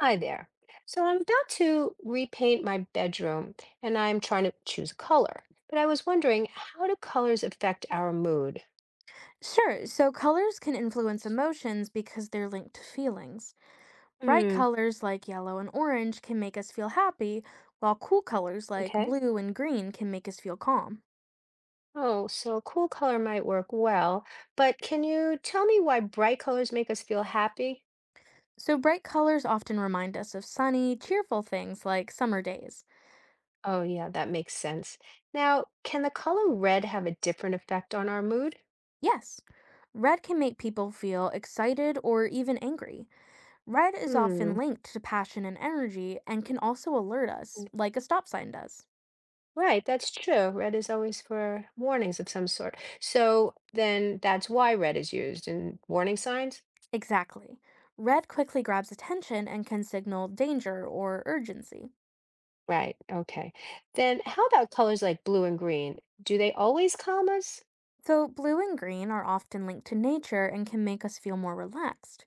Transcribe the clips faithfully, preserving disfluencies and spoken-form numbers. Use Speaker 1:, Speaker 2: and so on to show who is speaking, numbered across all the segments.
Speaker 1: Hi there. So I'm about to repaint my bedroom and I'm trying to choose a color. But I was wondering, how do colors affect our mood?
Speaker 2: Sure, so colors can influence emotions because they're linked to feelings. Bright
Speaker 1: Hmm,
Speaker 2: colors like yellow and orange can make us feel happy, while cool colors like
Speaker 1: okay.
Speaker 2: blue and green can make us feel calm.
Speaker 1: Oh, so a cool color might work well, but can you tell me why bright colors make us feel happy?
Speaker 2: So, bright colors often remind us of sunny, cheerful things like summer days.
Speaker 1: Oh, yeah, that makes sense. Now, can the color red have a different effect on our mood?
Speaker 2: Yes, red can make people feel excited or even angry. Red is often
Speaker 1: Hmm,
Speaker 2: linked to passion and energy and can also alert us,
Speaker 1: mm,
Speaker 2: like a stop sign does.
Speaker 1: right, that's true. Red is always for warnings of some sort. So then that's why red is used in warning signs?
Speaker 2: Exactly. Red quickly grabs attention and can signal danger or urgency.
Speaker 1: Right. Okay. Then how about colors like blue and green? Do they always commas?
Speaker 2: So, blue and green are often linked to nature and can make us feel more relaxed.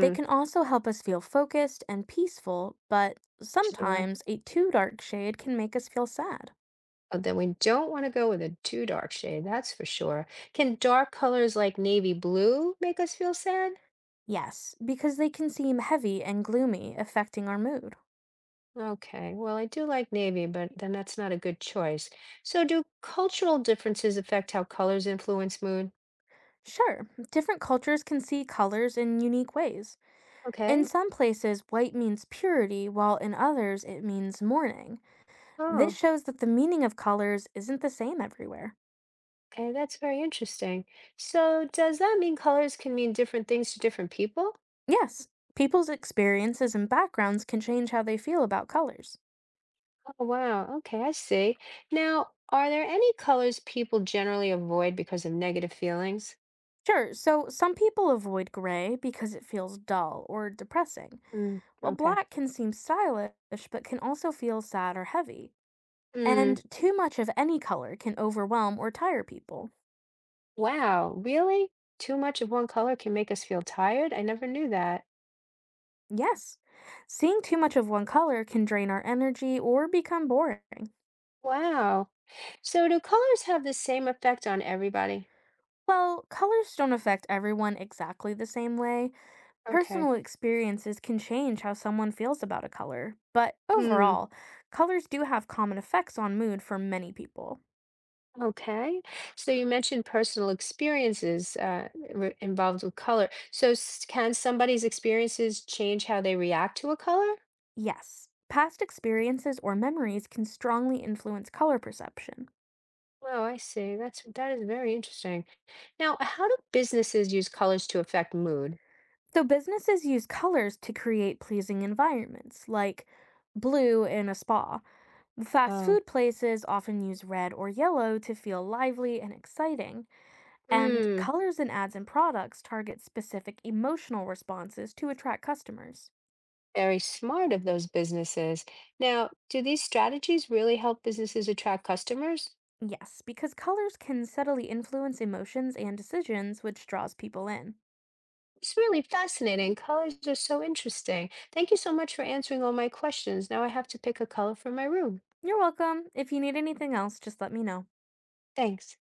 Speaker 2: They can also help us feel focused and peaceful, but
Speaker 1: sure.
Speaker 2: sometimes a too dark shade can make us feel sad.
Speaker 1: Oh, then we don't want to go with a too dark shade, that's for sure. Can dark colors like navy blue make us feel sad?
Speaker 2: Yes, because they can seem heavy and gloomy, affecting our mood.
Speaker 1: Okay. Well, I do like navy, but then that's not a good choice. So do cultural differences affect how colors influence mood?
Speaker 2: Sure, different cultures can see colors in unique ways. In
Speaker 1: Okay.
Speaker 2: some places, white means purity, while in others, it means mourning. This
Speaker 1: Oh,
Speaker 2: shows that the meaning of colors isn't the same everywhere.
Speaker 1: okay. That's very interesting. So does that mean colors can mean different things to different people?
Speaker 2: Yes, people's experiences and backgrounds can change how they feel about colors.
Speaker 1: Oh, wow. Okay, I see. Now, are there any colors people generally avoid because of negative feelings?
Speaker 2: Sure, so some people avoid gray because it feels dull or depressing,
Speaker 1: Mm,
Speaker 2: while
Speaker 1: okay.
Speaker 2: black can seem stylish but can also feel sad or heavy.
Speaker 1: Mm,
Speaker 2: And too much of any color can overwhelm or tire people.
Speaker 1: wow. Really? Too much of one color can make us feel tired? I never knew that.
Speaker 2: Yes, seeing too much of one color can drain our energy or become boring.
Speaker 1: Wow. So, do colors have the same effect on everybody?
Speaker 2: Well, colors don't affect everyone exactly the same way.
Speaker 1: Okay.
Speaker 2: Personal experiences can change how someone feels about a color, but
Speaker 1: Hmm.
Speaker 2: overall, colors do have common effects on mood for many people.
Speaker 1: Okay. So, you mentioned personal experiences uh, re- involved with color. So, s- can somebody's experiences change how they react to a color?
Speaker 2: Yes, past experiences or memories can strongly influence color perception.
Speaker 1: Wow, I see. That's that is very interesting. Now, how do businesses use colors to affect mood?
Speaker 2: So businesses use colors to create pleasing environments, like blue in a spa. Fast
Speaker 1: Oh,
Speaker 2: food places often use red or yellow to feel lively and exciting, and
Speaker 1: hmm,
Speaker 2: colors in ads and products target specific emotional responses to attract customers.
Speaker 1: very smart of those businesses. Now, do these strategies really help businesses attract customers?
Speaker 2: Yes, because colors can subtly influence emotions and decisions, which draws people in.
Speaker 1: It's really fascinating. Colors are so interesting. Thank you so much for answering all my questions. Now I have to pick a color for my room.
Speaker 2: You're welcome. If you need anything else, just let me know.
Speaker 1: Thanks.